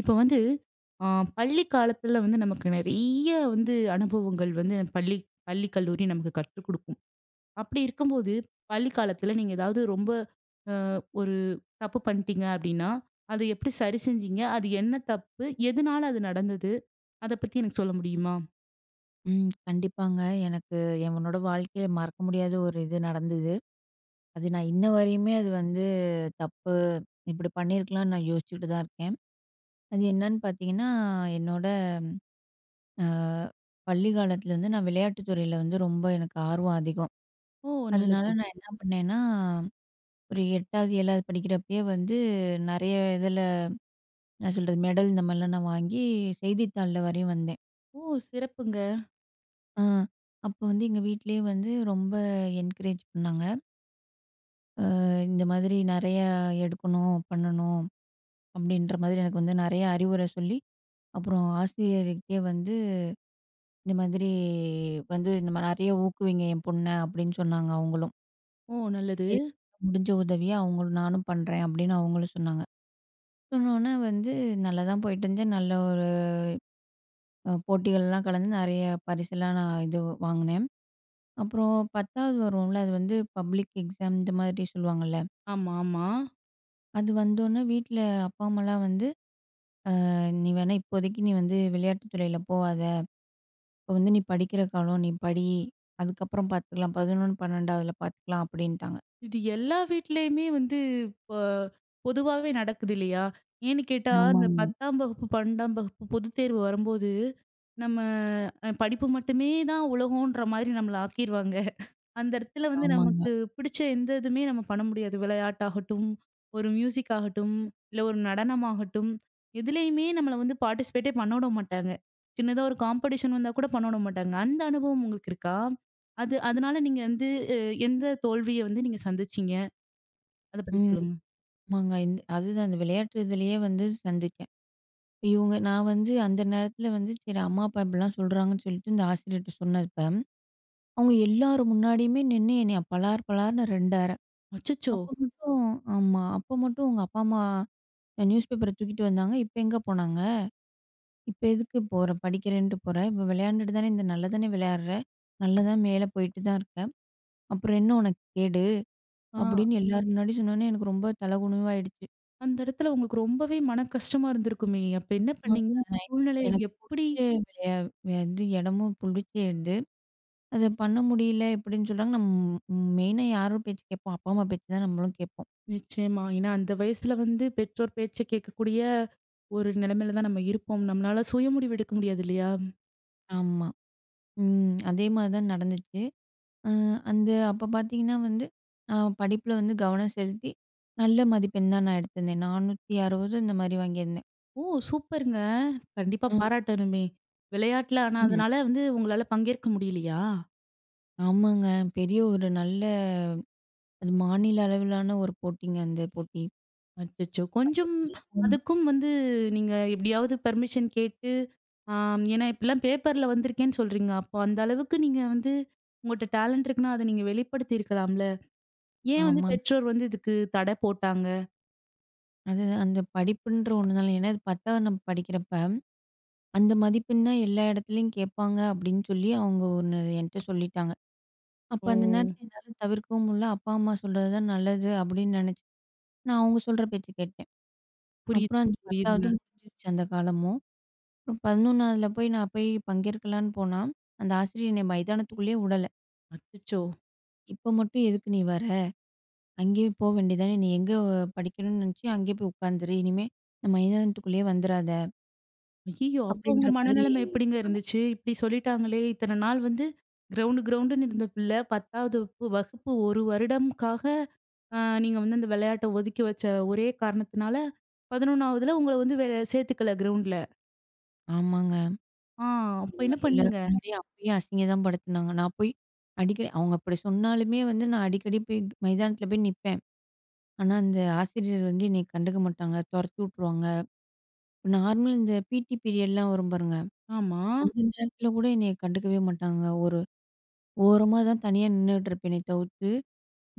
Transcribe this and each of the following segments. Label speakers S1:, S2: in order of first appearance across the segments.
S1: இப்ப வந்து ஆ பள்ளி காலத்துல வந்து நமக்கு நெறைய வந்து அனுபவங்கள் வந்து பள்ளி பள்ளி, கல்லூரி நமக்கு கற்றுக் குடுக்கும். அப்படி இருக்கும்போது, பள்ளி காலத்துல நீங்க ஏதாவது ரொம்ப ஒரு தப்பு பண்ணிட்டீங்க அப்படின்னா, அத எப்படி சரி செஞ்சீங்க? அது என்ன தப்பு? எதனால அது நடந்தது? அத பத்தி எனக்கு சொல்ல முடியுமா?
S2: ம். கண்டிப்பாங்க. எனக்கு என்னோட வாழ்க்கையில மறக்க முடியாத ஒரு இது நடந்தது. அது நான் இன்ன வரையுமே அது வந்து தப்பு, இப்படி பண்ணியிருக்கலாம்ன்னு நான் யோசிச்சுட்டு தான் இருக்கேன். அது என்னன்னு பார்த்தீங்கன்னா, என்னோட அ பள்ளி காலத்துல வந்து நான் விளையாட்டு துறையில வந்து ரொம்ப எனக்கு ஆர்வம் அதிகம்.
S1: ஓ!
S2: அதனால
S1: நல்லது.
S2: நான் என்ன பண்ணேன்னா, ஒரு 8வது, 7வது படிக்கிறப்பயே வந்து நெறைய இதில என்ன சொல்றது மெடல் இந்த மாதிரிலாம் நான் வாங்கி செய்தித்தாள்ல வரையும் வந்தேன்.
S1: ஓ! சிறப்புங்க.
S2: ஆ அப்போ வந்து எங்க வீட்லயே வந்து ரொம்ப என்கரேஜ் பண்ணாங்க. இந்த மாதிரி நெறைய எடுக்கணும், பண்ணணும் அப்படின்ற மாதிரி எனக்கு வந்து நெறைய அறிவுரை சொல்லி, அப்புறம் ஆசிரியர்கிட்டயே வந்து இந்த மாதிரி வந்து இந்த மாரி நெறைய ஊக்குவிங்க என் பொண்ண அப்படின்னு சொன்னாங்க அவங்களும்.
S1: ஓ! நல்லது.
S2: சரி முடிஞ்ச உதவிய அவங்களும் நானும் பண்றேன் அப்படின்னு அவங்களும் சொன்னாங்க. சொன்னோனே வந்து நல்லா தான் போயிட்டு இருந்தேன். நல்ல ஒரு போட்டிகள்லாம் கலந்து நெறைய பரிசெல்லாம் நான் இது வாங்குனேன். அப்புறம் 10வது வருவோம்ல, அது வந்து பப்ளிக் எக்ஸாம் இந்த மாதிரி சொல்லுவாங்கல்ல,
S1: ஆமா, ஆமா.
S2: அது வந்தோனே வீட்ல அப்பா, அம்மாலாம் வந்து நீ வேணா இப்போதைக்கு நீ வந்து விளையாட்டு துறையில போகாத. இப்போ வந்து நீ படிக்கிற காலம், நீ படி. அதுக்கப்புறம் பார்த்துக்கலாம். 11, 12வதுல பார்த்துக்கலாம் அப்படின்ட்டாங்க.
S1: இது எல்லா வீட்லயுமே வந்து இப்ப பொதுவாவே நடக்குது இல்லையா? ஏன்னு கேட்டா, இந்த
S2: ஆமாங்க,
S1: 10ஆம் வகுப்பு, 12ஆம் வகுப்பு பொதுத் தேர்வு வரும்போது, நம்ம படிப்பு மட்டுமே தான் உலகம்ன்ற மாரி நம்மள ஆக்கிருவாங்க. அந்த இடத்துல வந்து
S2: ஆமாங்க.
S1: நமக்கு பிடிச்ச எந்த இதுவுமே நம்ம பண்ண முடியாது. விளையாட்டாகட்டும், ஒரு மியூசிக் ஆகட்டும், இல்ல ஒரு நடனமாகட்டும், எதுலயுமே நம்மள வந்து பார்ட்டிசிபேட்டே பண்ண விட மாட்டாங்க. சின்னதா ஒரு காம்படிஷன் வந்தா கூட பண்ண விட மாட்டாங்க. அந்த அனுபவம் உங்களுக்கு இருக்கா? அதனால நீங்க வந்து அ எந்த தோல்விய வந்து நீங்க சந்திச்சீங்க? அத பத்தி
S2: ம்.
S1: சொல்லுங்க.
S2: ஆமாங்க. இந்த அதுதான் அந்த விளையாட்டு இதுலயே வந்து சந்திச்சேன். இப்ப இவங்க நான் வந்து அந்த நேரத்தில வந்து சரி அம்மா, அப்பா இப்படிலாம் சொல்றாங்கன்னு சொல்லிட்டு இந்த ஆசிரியர்ட்ட சொன்னப்ப, அவங்க எல்லார் முன்னாடியுமே நின்னு என்னைய பலார் பலார்ன்னு 2 அர.
S1: அச்சச்சோ!
S2: அப்ப மட்டும் ஆமா. அப்ப மட்டும் உங்க அப்பா, அம்மா நியூஸ் பேப்பர தூக்கிட்டு வந்தாங்க. இப்ப எங்க போனாங்க? இப்ப எதுக்கு போற? படிக்கிறேன்ட்டு போற. இப்ப விளையாண்டுட்டு தானே இந்த நல்லா தானே விளையாடுற. நல்லா தான் மேல போயிட்டு தான் இருக்க. அப்புறம் என்ன உனக்கு கேடு?
S1: ஆ
S2: அப்படின்னு எல்லார் முன்னாடியும் சொன்னோனே எனக்கு ரொம்ப தலகுனிவாயிடுச்சு.
S1: அந்த இடத்துல உங்களுக்கு ரொம்பவே மன கஷ்டமா இருந்திருக்குமே! அப்ப என்ன
S2: ஆமாங்க.
S1: பண்ணீங்க?
S2: நான்
S1: சூழ்நிலைய
S2: எனக்கு
S1: எப்படி
S2: புடிச்ச விளையா இது இடமும் புடிச்ச இது. அத பண்ண முடியல இப்படின்னு சொல்றாங்க. நம்ம ம் மெயினா யாரோட பேச்சு கேட்போம்? அப்பா, அம்மா பேச்சு தான் நம்மளும் கேட்போம்.
S1: நிச்சயமா. ஏன்னா அந்த வயசுல வந்து பெற்றோர் பேச்ச கேட்கக்கூடிய ஒரு நிலைமையில தான் நம்ம இருப்போம். நம்மளால சுய முடிவு எடுக்க முடியாது இல்லையா?
S2: ஆமா. ம். அதே மாரி தான் நடந்துச்சு. அ அந்த அப்ப பார்த்தீங்கன்னா வந்து, நான் படிப்புல வந்து கவனம் செலுத்தி நல்ல மதிப்பெண் தான் நான் எடுத்திருந்தேன். 460 இந்த மாரி வாங்கியிருந்தேன்.
S1: ஓ! சூப்பருங்க. கண்டிப்பா
S2: ம்.
S1: பாராட்டணுமே. விளையாட்டுல ஆனா
S2: ம்.
S1: அதனால வந்து உங்களால பங்கேற்க முடியலையா?
S2: ஆமாங்க. பெரிய ஒரு நல்ல அது மாநில அளவிலான ஒரு போட்டிங்க அந்த போட்டி.
S1: அச்சச்சோ!
S2: அது
S1: கொஞ்சம்
S2: நல்லா போகும்.
S1: அதுக்கும் வந்து நீங்க எப்படியாவது பெர்மிஷன் கேட்டு, ஆம் ஏன்னா இப்படிலாம் பேப்பர்ல வந்திருக்கேன்னு சொல்றீங்க. அப்போ அந்த அளவுக்கு நீங்க வந்து உங்கள்ட்ட டேலண்ட் இருக்குன்னா அத நீங்க வெளிப்படுத்தி இருக்கலாம்ல. ஏன் வந்து
S2: ஆமாங்க.
S1: பெற்றோர் வந்து இதுக்கு தடை போட்டாங்க?
S2: அது அந்த படிப்புன்ற ஒண்ணுனால ஏன்னா, அது 10வது நம்ம படிக்கிறப்ப, அந்த மதிப்பெண் தான் எல்லா இடத்துலயும் கேட்பாங்க அப்படின்னு சொல்லி அவங்க ஒண்ணு என்ட்ட சொல்லிட்டாங்க. அப்ப
S1: ஓ!
S2: அந்த நேரத்துல என்னால தவிர்க்கவும் முடியல. அப்பா, அம்மா சொல்றது தான் நல்லது அப்படின்னு நினைச்சு, நான் அவங்க சொல்ற பேச்ச கேட்டேன்.
S1: புரியுது,
S2: அப்புறம் அந்த
S1: புரியுதுங்க.
S2: 10வது முடிஞ்சிருச்சு அந்த காலமும். அப்புறம் 11வதுல போய் நான் போய் பங்கேற்கலான்னு போனா, அந்த ஆசிரியர் என்னை மைதானத்துக்குள்ளேயே விடல.
S1: அச்சச்சோ!
S2: "இப்ப மட்டும் எதுக்கு நீ வர?" அங்கேயே போ வேண்டியதானே! நீ எங்க படிக்கணும்னு நினச்சியோ, அங்கேயே போய் உட்காந்துரு. இனிமே இந்த மைதானத்துக்குள்ளேயே வந்துராத!
S1: ஐய்யய்யோ! அப்போ
S2: அப்பிடின்ற
S1: உங்க
S2: மாதிரி
S1: மனநிலைமை எப்படிங்க
S2: சொன்னாங்க.
S1: இருந்துச்சு? இப்படி சொல்லிட்டாங்களே, இத்தன நாள் வந்து கிரவுண்டு கிரவுண்டுன்னு இருந்த பிள்ளை 10வது வகுப்பு வகுப்பு 1 வருடம்க்காக அ நீங்க வந்து அந்த விளையாட்ட ஒதுக்கி வச்ச ஒரே காரணத்தினால 11வதுல உங்கள வந்து சேர்த்துக்கல கிரவுண்ட்ல.
S2: ஆமாங்க.
S1: ஆ அப்ப
S2: ஆமா.
S1: என்ன
S2: எல்லாரும்
S1: பண்ணீங்க?
S2: முன்னாடியும் அப்பயும் அசிங்க தான் படுத்துனாங்க. நான் போய் அடிக்கடி அவுங்க அப்பிடி சொன்னாலுமே வந்து நான் அடிக்கடி போய் மைதானத்தில போய் நிப்பேன். ஆனா, அந்த ஆசிரியர் வந்து என்னைய கண்டுக்க மாட்டாங்க. தொரத்தி விட்டுருவாங்க. நார்மல் இந்த பிடி பீரியட்லாம் வரும் பாருங்க.
S1: ஆமா.
S2: அந்த நேரத்தில கூட என்னைய கண்டுக்கவே மாட்டாங்க. ஒரு ஓரமா தான் தனியா நின்னுட்டு இருப்பேனே தவிர்த்து,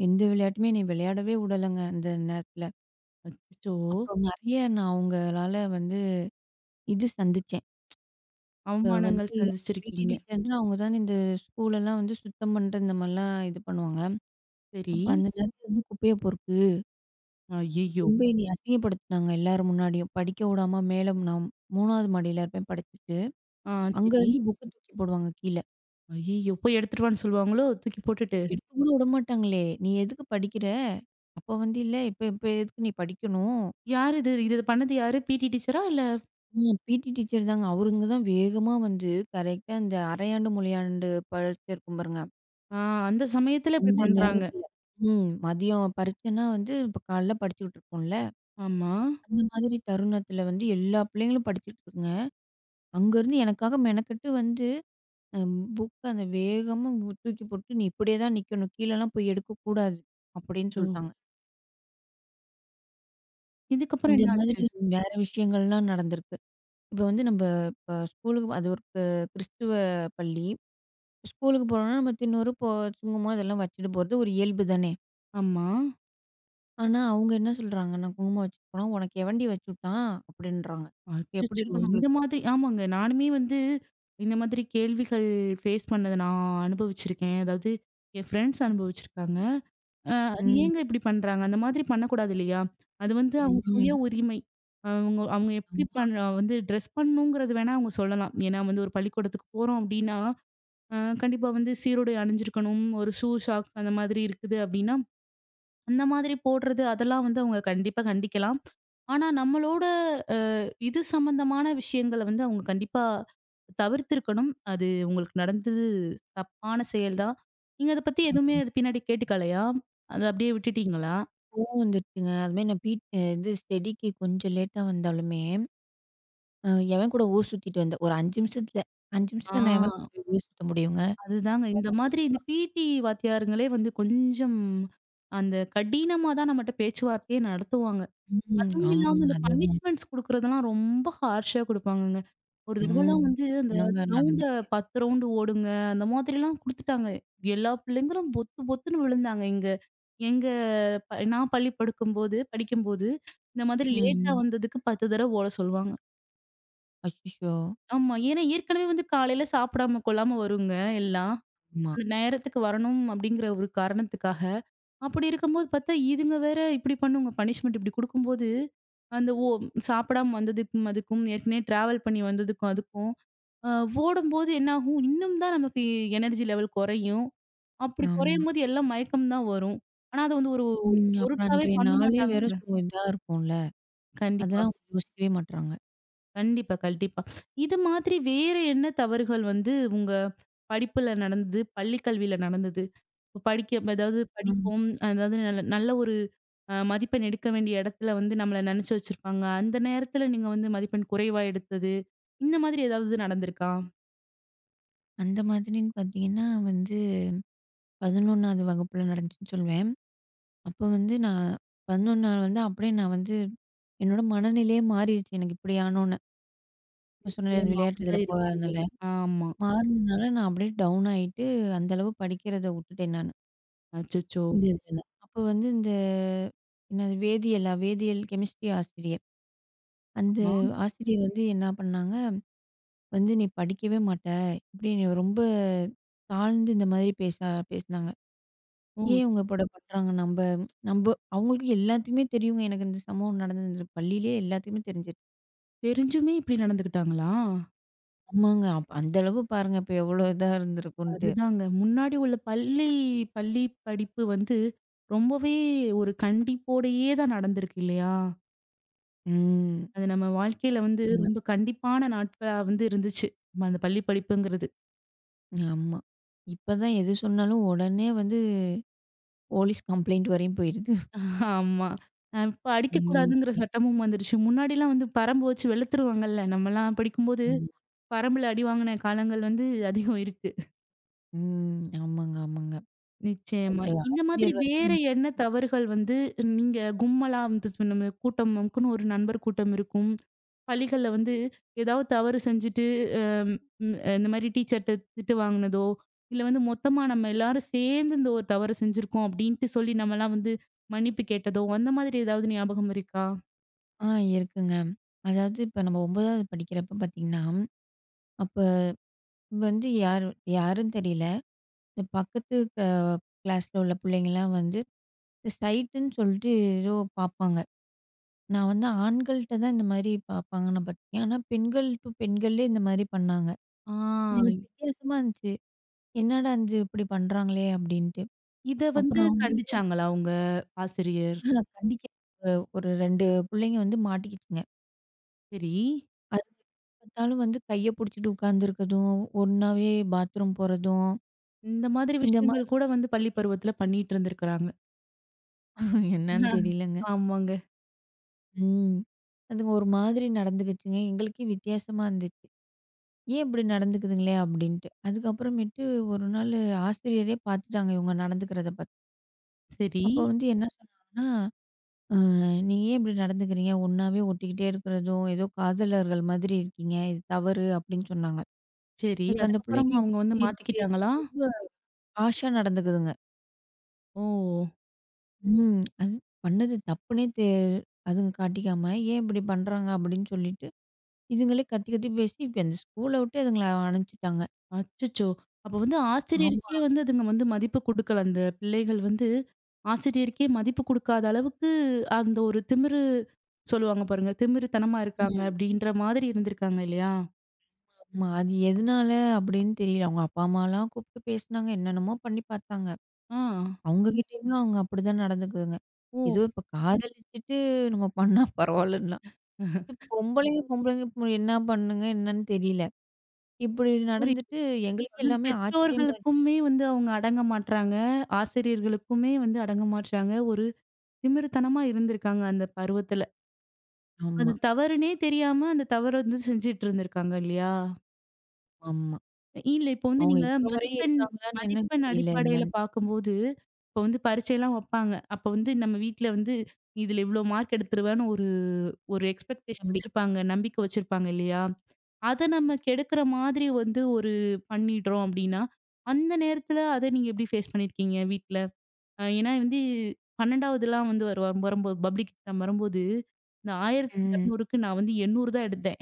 S2: எந்த விளையாட்டுமே என்னைய விளையாடவே விடலங்க அந்த நேரத்தில.
S1: அச்சச்சோ!
S2: அப்புறம் நெறைய நான் அவங்களால வந்து இது சந்திச்சேன். இப்ப வந்து
S1: அவமானங்கள்
S2: அந்த பிடி
S1: சந்திச்சிருக்கீங்க.
S2: டீச்சர்ன்னா அவங்க தான் இந்த ஸ்கூலெல்லாம் வந்து சுத்தம் பண்றது இந்த மாரிலாம் இது பண்ணுவாங்க.
S1: சரி.
S2: அப்ப அந்த நேரத்துல வந்து குப்பைய பொறுக்கு,
S1: ஐய்யய்யோ!
S2: ரொம்ப என்னைய அசிங்கப்படுத்துனாங்க எல்லார் முன்னாடியும். படிக்க விடாம மேல நான் 3வது மாடியில இருப்பேன் படிச்சுட்டு.
S1: ஆ
S2: அங்க
S1: சரி.
S2: இருந்து புக்க தூக்கி போடுவாங்க கீழ.
S1: ஐய்யய்யோ! போய் எடுத்துட்டு வான்னு சொல்லுவாங்களோ? தூக்கி போட்டுட்டு.
S2: எடுத்து கூட விடமாட்டாங்களே! "நீ எதுக்கு படிக்கிற?" அப்ப வந்து "இல்ல இப்ப இப்ப எதுக்கு நீ படிக்கணும்?"
S1: யாரு இது? இத பண்ணது யாரு? பிடி டீச்சரா? இல்ல
S2: ம் பிடி டீச்சர் தாங்க. அவருங்க தான் வேகமா வந்து கரெக்ட்டா இந்த அரையாண்டு, முழுயாண்டு பரீட்சை இருக்கும் பாருங்க.
S1: ஆ, அந்த சமயத்துல இப்டி
S2: அந்த
S1: பண்றாங்க.
S2: நேரத்துல. ம். மதியம் பரீட்சைன்னா வந்து இப்ப காலைல படிச்சுக்கிட்டு இருப்போம்ல.
S1: ஆமா.
S2: அந்த மாதிரி தருணத்துல வந்து எல்லா பிள்ளைங்களும் படிச்சுட்டு இருக்குங்க. அங்கருந்து எனக்காக மெனக்கெட்டு வந்து அ புக்க அந்த வேகமா தூக்கி போட்டு, "நீ இப்படியே தான் நிக்கணும். கீழலாம் போய் எடுக்கக்கூடாது." அப்படின்னு
S1: அச்சோ!
S2: சொல்ட்டாங்க.
S1: இதுக்கப்புறம்
S2: இந்த
S1: என்ன ஆச்சு?
S2: மாதிரி வேற விஷயங்கள்லாம் நடந்திருக்கு. இப்ப வந்து நம்ப இப்ப ஸ்கூலுக்கு அது ஒரு கிறிஸ்துவ பள்ளி. ஸ்கூலுக்கு போறோம்னா நம்ம தின்னூறு, சுங்குமம் இதெல்லாம் வச்சுட்டு போறது ஒரு இயல்பு தானே!
S1: ஆமா.
S2: ஆனா, அவங்க என்ன சொல்றாங்கன்னா, குங்குமம் வச்சு போனா, "உனக்கு எவன்டி வச்சுட்டான்?" அப்படின்றாங்க. எப்படி
S1: அச்சச்சோ!
S2: இருக்கும்
S1: இந்த
S2: நம்மளுக்கு?
S1: மாதிரி ஆமாங்க. நானுமே வந்து இந்த மாதிரி கேள்விகள் ஃபேஸ் பண்ணத நான் அனுபவிச்சிருக்கேன். அதாவது என் ஃப்ரெண்ட்ஸ் அனுபவிச்சிருக்காங்க. அது
S2: ம்.
S1: ஏங்க இப்டி பண்றாங்க? அந்த மாதிரி பண்ணக்கூடாது இல்லையா? அது வந்து அவங்க சுய
S2: ம்.
S1: உரிமை. அவங்க அவங்க எப்டி
S2: ஆமா,
S1: பண் வந்து ட்ரெஸ் பண்ணணுங்கிறது வேணா அவங்க சொல்லலாம். ஏன்னா வந்து ஒரு பள்ளிக்கூடத்துக்கு போறோம் அப்டின்னா, அ கண்டிப்பா வந்து சீருடை அணிஞ்சிருக்கணும். ஒரு ஷூ, சாக்ஸ் அந்த மாதிரி இருக்குது அப்டின்னா அந்த மாதிரி போடுறது அதெல்லாம் வந்து அவங்க கண்டிப்பா கண்டிக்கலாம். ஆனா நம்மளோட அ இது சம்மந்தமான விஷயங்கள வந்து அவங்க கண்டிப்பா தவிர்த்திருக்கணும். அது உங்களுக்கு நடந்தது தப்பான செயல் தான். நீங்க அத பத்தி எதுவுமே
S2: ஆமா.
S1: பின்னாடி கேட்டுக்கலையா? அத அப்படியே விட்டுட்டீங்களா?
S2: கோவம் வந்துருச்சுங்க. அதுமாரி நான் பீட் இது ஸ்டடிக்கு கொஞ்சம் லேட்டா வந்தாலுமே, அ எவன் கூட ஊர் சுத்திட்டு வந்தேன். ஒரு 5 நிமிஷத்துல 5
S1: ஆ
S2: நிமிஷத்துல நான் எவன் கூட போய் ஊர் சுத்த முடியுங்க?
S1: அதுதாங்க.
S2: அவங்க
S1: இந்த
S2: அப்படி
S1: மாதிரி இந்த
S2: சொல்றாங்க.
S1: பிடி வாத்தியாருங்களே வந்து கொஞ்சம் அந்த கடினமா தான் நம்மட்ட பேச்சுவார்த்தையே நடத்துவாங்க.
S2: ம்.
S1: அதுவும் இல்லாம
S2: ஆமாங்க.
S1: இந்த
S2: அதேதான்.
S1: பனிஷ்மெண்ட்ஸ் குடுக்குறதெல்லாம் ரொம்ப ஹார்ஷா குடுப்பாங்கங்க. ஒரு
S2: ம்.
S1: தடவலாம் வந்து அந்த
S2: அப்படிதாங்க
S1: கிரவுண்ட
S2: நடந்துச்சு.
S1: 10 ரவுண்டு ஓடுங்க, அந்த மாதிரிலாம் குடுத்துட்டாங்க. எல்லா பிள்ளைங்களும் பொத்து பொத்துன்னு விழுந்தாங்க. இங்க எங்க நான் பள்ளி படிக்கும்போது, இந்த மாதிரி
S2: ம்,
S1: லேட்டா
S2: ம்.
S1: வந்ததுக்கு 10 தடவ ஓட சொல்லுவாங்க.
S2: அச்சச்சோ!
S1: ஆமா. ஏன்னா ஏற்கனவே வந்து காலையில சாப்பிடாம கொள்ளாம வருங்க எல்லாம்.
S2: ஆமா,
S1: அந்த நேரத்துக்கு வரணும் அப்படிங்கிற ஒரு காரணத்துக்காக. அப்படி இருக்கும்போது பார்த்தா, இதுங்க வேற இப்படி பண்ணுங்க. பனிஷ்மெண்ட் இப்படி குடுக்கும்போது, அந்த ஓ சாப்பிடாம வந்ததுக்கும், அதுக்கும் ஏற்கனவே டிராவல் பண்ணி வந்ததுக்கும், அதுக்கும் அ ஓடும்போது என்னாகும், இன்னும் தான் நமக்கு எனர்ஜி லெவல் குறையும். அப்படி
S2: ஆமா.
S1: குறையும்போது எல்லாம் மயக்கம் தான் வரும். ஆனா, அத வந்து ஒரு
S2: ம். அப்புறம்
S1: பொருட்டாவே
S2: அன்றைய
S1: பண்ண
S2: நாளே வேற
S1: மாட்டாங்கங்க.
S2: சோ இதா இருக்கும்ல.
S1: கண்டிப்பா,
S2: அதெல்லாம் அவங்க யோசிக்கவே மாட்றாங்க.
S1: கண்டிப்பா, கண்டிப்பா. இது மாதிரி வேற என்ன தவறுகள் வந்து உங்க படிப்புல நடந்தது? பள்ளி கல்வியில நடந்தது? இப்ப படிக்க அதாவது
S2: ஆமா.
S1: படிப்போம், அதாவது நல்ல நல்ல ஒரு மதிப்பெண் எடுக்க வேண்டிய இடத்துல வந்து நம்மள நினைச்சு வச்சிருப்பாங்க. அந்த நேரத்துல நீங்க வந்து மதிப்பெண் குறைவா எடுத்தது, இந்த மாதிரி ஏதாவது நடந்திருக்கா?
S2: அந்த மாதிரின்னு பார்த்தீங்கன்னா வந்து 11வது வகுப்புல நடந்துச்சுன்னு சொல்வேன். அப்போ வந்து நான் 11 வந்து அப்படியே நான் வந்து என்னோட மனநிலையே மாறிருச்சு. எனக்கு இப்படி ஆனோன்னே. இப்ப சொன்னேன்ல அந்த
S1: நிச்சயமா
S2: விளையாட்டு இதுல
S1: அப்படிதான்
S2: போகாதனால.
S1: இருக்கு. ஆமா.
S2: மாறுனனால நான் அப்படியே டவுன் ஆயிட்டு, அந்த அளவு படிக்கிறத உட்டுட்டேன் நானு.
S1: அச்சச்சோ!
S2: இந்த இதுல. அப்போ வந்து இந்த என்னது வேதியியலா? வேதியியல் கெமிஸ்ட்ரி ஆசிரியர். அந்த
S1: ஆமா.
S2: ஆசிரியர் வந்து என்ன பண்ணாங்க, "வந்து நீ படிக்கவே மாட்ட. இப்படி நீ ரொம்ப தாழ்ந்து இந்த மாதிரி பேச பேசினாங்க."
S1: ஓ!
S2: ஏன் இவங்க இப்படி பண்றாங்க? நம்ப நம்ப அவங்களுக்கு எல்லாத்தையுமே தெரியுங்க. எனக்கு இந்த சம்பவம் நடந்தது இந்த பள்ளியிலேயே எல்லாத்தையுமே தெரிஞ்சிருச்சு.
S1: தெரிஞ்சுமே இப்படி நடந்துக்கிட்டாங்களா?
S2: ஆமாங்க. அப்ப அந்த அளவு பாருங்க இப்ப எவ்வளோ இதா இருந்திருக்குன்ட்டு.
S1: அதுதாங்க. முன்னாடி உள்ள பள்ளி பள்ளி படிப்பு வந்து ரொம்பவே ஒரு கண்டிப்போடையே தான் நடந்திருக்கு இல்லையா?
S2: ம்.
S1: அது நம்ம வாழ்க்கையில வந்து
S2: ஆமா.
S1: ரொம்ப கண்டிப்பான நாட்களா வந்து இருந்துச்சு. நம்ம அந்த பள்ளி படிப்புங்கிறது.
S2: ஆமா. இப்ப தான் எது சொன்னாலும் உடனே வந்து போலீஸ் கம்ப்ளைண்ட் வரையும் போயிருது.
S1: ஆமா. இப்ப
S2: ம்.
S1: அடிக்கக்கூடாதுங்கிற
S2: ஈஸியா.
S1: சட்டமும் வந்துருச்சு. முன்னாடிலாம் வந்து பரம்பு வச்சு வெளுத்துருவாங்கல்ல. நம்மலாம் படிக்கும்போது
S2: ஆமா.
S1: பரம்புல அடி வாங்கின காலங்கள் வந்து அதிகம் இருக்கு.
S2: ம். ஆமாங்க, ஆமாங்க. அந்த
S1: நிச்சயமா. இந்த மாதிரி
S2: ஆசிரியர் வந்து
S1: வேற என்ன தவறுகள் வந்து நீங்க கும்மலா வந்து நம்ம கூட்டம் நமக்குன்னு ஒரு நண்பர் கூட்டம் இருக்கும். பள்ளிகள்ல வந்து ஏதாவது தவறு செஞ்சுட்டு அம் ம் இந்த மாரி டீச்சர்ட்ட திட்டு வாங்குனதோ, இல்ல வந்து மொத்தமா நம்ம எல்லாரும் சேர்ந்து இந்த ஒரு தவறு செஞ்சிருக்கோம் அப்டின்ட்டு சொல்லி நம்மலாம் வந்து மன்னிப்பு கேட்டதோ, அந்த மாதிரி ஏதாவது ஞாபகம் இருக்கா?
S2: ஆ இருக்குங்க. அதாவது இப்ப நம்ம 9வது படிக்கிறப்ப பார்த்தீங்கன்னா, அப்ப வந்து யாரு யாருன்னு தெரியல. இந்த பக்கத்து கிளாஸ்ல உள்ள பிள்ளைங்கலாம் வந்து இந்த சைட்டுன்னு சொல்லிட்டு ஏதோ பார்ப்பாங்க. நான் வந்து ஆண்கள்ட்ட தான் இந்த மாதிரி பார்ப்பாங்கன்னு பட்டேன். ஆனா பெண்கள் டூ பெண்களே இந்த மாதிரி பண்ணாங்க.
S1: ஆ.
S2: இது ம். எனக்கு வித்தியாசமா இருந்துச்சு. என்னடா இது இப்படி பண்றாங்களே அப்படின்ட்டு.
S1: இத வந்து
S2: அப்புறம் அவங்களுக்கு
S1: கண்டிச்சாங்களா உங்க ஆசிரியர்?
S2: நான் கண்டிக்க ஒரு 2 புள்ளைங்க வந்து மாட்டிக்கிச்சுங்க.
S1: சரி.
S2: அது பார்த்தாலும் வந்து கைய புடிச்சுட்டு உட்காந்துருக்கதும், ஒண்ணாவே பாத்ரூம் போறதும்,
S1: இந்த மாதிரி
S2: இந்த மாதிரி
S1: விஷயங்கள் கூட வந்து பள்ளி பருவத்துல பண்ணிட்டு இருந்திருக்கிறாங்க.
S2: என்னன்னு தெரியலங்க.
S1: ஆமாங்க.
S2: ம். அதுங்க ஒரு மாதிரி நடந்துக்கிச்சுங்க. எங்களுக்கே வித்தியாசமா இருந்துச்சு. ஏன் இப்படி நடந்துக்குதுங்களே அப்படின்ட்டு. அதுக்கப்புறமேட்டு ஒரு நாள் ஆசிரியரே பார்த்துட்டாங்க இவங்க நடந்துக்கிறத பார்த்து.
S1: சரி,
S2: அப்போ வந்து என்ன சொன்னாங்கன்னா, "அ நீங்க ஏன் இப்படி நடந்துக்கிறீங்க? ஒண்ணாவே ஒட்டிக்கிட்டே இருக்கிறதும், ஏதோ காதலர்கள் மாதிரி இருக்கீங்க. இது தவறு." அப்படின்னு சொன்னாங்க.
S1: சரி.
S2: அதுக்கு அந்த
S1: அதுக்கப்புறம்
S2: பிள்ளைங்க
S1: அவங்க வந்து
S2: எதித்து எதித்து பேசி
S1: மாத்திக்கிட்டாங்களா?
S2: ரொம்ப ஹார்ஷா நடந்துக்குதுங்க.
S1: ஓ!
S2: ம். அது பண்ணது தப்புன்னே அதுங்க காட்டிக்காம, ஏன் இப்படி பண்றாங்க அப்படின்னு சொல்லிட்டு, இதுங்களே கத்தி கத்தி பேசி இப்ப அந்த ஸ்கூல விட்டு அதுங்கள அனுப்பிச்சுட்டாங்க.
S1: அச்சச்சோ! அப்ப வந்து
S2: ஆமா.
S1: ஆசிரியருக்கே வந்து அதுங்க வந்து மதிப்பு குடுக்கல. அந்த பிள்ளைகள் வந்து ஆசிரியருக்கே மதிப்பு குடுக்காத அளவுக்கு அந்த ஒரு திமிரு சொல்லுவாங்க பாருங்க. திமிருத்தனமா இருக்காங்க
S2: ம்.
S1: அப்படின்ற மாதிரி இருந்திருக்காங்க இல்லையா?
S2: ஆமா. அது எதுனால அப்படின்னு தெரியல. அவங்க அப்பா, அம்மாலாம் கூப்பிட்டு பேசினாங்க. என்னென்னமோ பண்ணி பார்த்தாங்க.
S1: ஆ.
S2: அவங்க ம். கிட்டயுமே அவங்க அப்படிதான் நடந்துக்குதுங்க.
S1: ஓ!
S2: ஏதோ இப்ப காதலிச்சுட்டு நம்ம பண்ணா பரவாயில்லலாம். பொம்பளைங்க பொம்பளைங்க இப்ப என்ன பண்ணுங்க என்னன்னு தெரியல. இப்படி
S1: புரியுது.
S2: நடந்துட்டு எங்களுக்கே
S1: அதுவும்
S2: எல்லாமே ஆச்சரியமா இருக்கு.
S1: பெற்றோர்களுக்குமே வந்து அவங்க அடங்க மாட்றாங்க. ஆசிரியர்களுக்குமே வந்து அடங்க மாட்றாங்க. ஒரு திமிருத்தனமா இருந்திருக்காங்க அந்த பருவத்துல.
S2: ஆமா,
S1: அது தவறுனே தெரியாம அந்த தவற வந்து செஞ்சுட்டு இருந்திருக்காங்க இல்லையா?
S2: ஆமா.
S1: இல்ல இப்போ வந்து
S2: அவங்க
S1: நீங்க
S2: இப்ப வரையும்
S1: மதிப்பெண்
S2: இருக்காங்களான்னு என்னன்னு
S1: மதிப்பெண்
S2: தெரியல.
S1: அடிப்படையில
S2: என்னன்னு
S1: பார்க்கும்போது, இப்போ வந்து பரீட்சைலாம் வப்பாங்க. அப்போ வந்து நம்ம வீட்ல வந்து இதுல இவ்ளோ மார்க் எடுத்துருவேன்னு ஒரு ஒரு எக்ஸ்பெக்டேஷன்
S2: நம்பி
S1: வச்சிருப்பாங்க. நம்பிக்கை வச்சிருப்பாங்க இல்லையா? அத நம்ம கெடுக்குற மாதிரி வந்து ஒரு பண்ணிடுறோம் அப்டின்னா, அந்த நேரத்துல அத நீங்க எப்டி ஃபேஸ் பண்ணியிருக்கீங்க வீட்ல? ஏன்னா வந்து 12வதுலாம் வந்து வரும்போது பப்ளிக் எக்ஸாம் வரும்போது, இந்த
S2: ம்.
S1: 1200க்கு நான் வந்து 800 தான் எடுத்தேன்.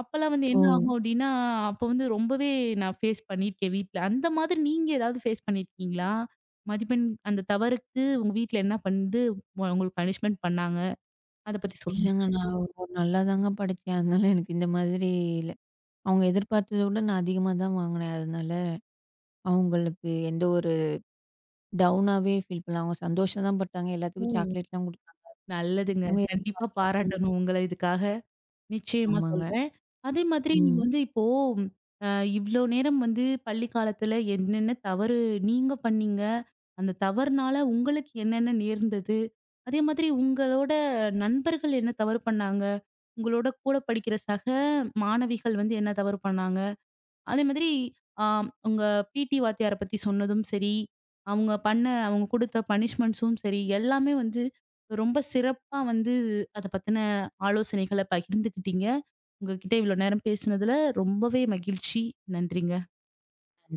S1: அப்பல்லாம் வந்து
S2: ஓ!
S1: என்ன ஆகும் அப்டின்னா, அப்ப வந்து ரொம்பவே நான் ஃபேஸ் பண்ணியிருக்கேன் வீட்ல. அந்த மாதிரி நீங்க ஏதாவது ஃபேஸ் பண்ணியிருக்கீங்களா? மதிப்பெண் அந்த தவறுக்கு உங்க வீட்ல என்ன பண்ணுது உங்களுக்கு பனிஷ்மென்ட் பண்ணாங்க. அத பத்தி சொல்லுங்க.
S2: இல்லங்க. நான் ஒரு நல்லா தாங்க படிச்சேன். அதனால எனக்கு இந்த மாதிரி இல்ல. அவங்க எதிர்பார்த்தத விட நான் அதிகமா தான் வாங்கினேன். அதனால அவங்களுக்கு எந்த ஒரு டவுனாவே ஃபீல் பண்ணல. அவங்க சந்தோஷம் தான் பட்டாங்க.
S1: ஓ!
S2: எல்லாத்துக்கும் சாக்லேட்லாம் குடுத்தாங்க.
S1: நல்லதுங்க.
S2: அவங்க
S1: கண்டிப்பா
S2: எதிர்பார்க்கல. ம்.
S1: பாராட்டணும் உங்கள இதுக்காக. நிச்சயமா
S2: ஆமாங்க.
S1: சொல்றேன். அதே மாதிரி நீங்க வந்து இப்போ அ இவ்ளோ நேரம் வந்து பள்ளி காலத்துல என்னென்ன தவறு நீங்க பண்ணீங்க? அந்த தவறுனால உங்களுக்கு என்னென்ன நேர்ந்தது? அதே மாதிரி உங்களோட நண்பர்கள் என்ன தவறு பண்ணாங்க? உங்களோட கூட படிக்கிற சக மாணவிகள் வந்து என்ன தவறு பண்ணாங்க? அதே மாதிரி ஆம், உங்க பிடி வாத்தியார பத்தி சொன்னதும் சரி, அவங்க பண்ண அவங்க குடுத்த பனிஷ்மெண்ட்ஸும் சரி, எல்லாமே வந்து ரொம்ப சிறப்பா வந்து அத பத்தின ஆலோசனைகள பகிர்ந்துக்கிட்டீங்க. உங்ககிட்ட இவ்ளோ நேரம் பேசினதுல ரொம்பவே மகிழ்ச்சி. நன்றிங்க.
S2: ம்.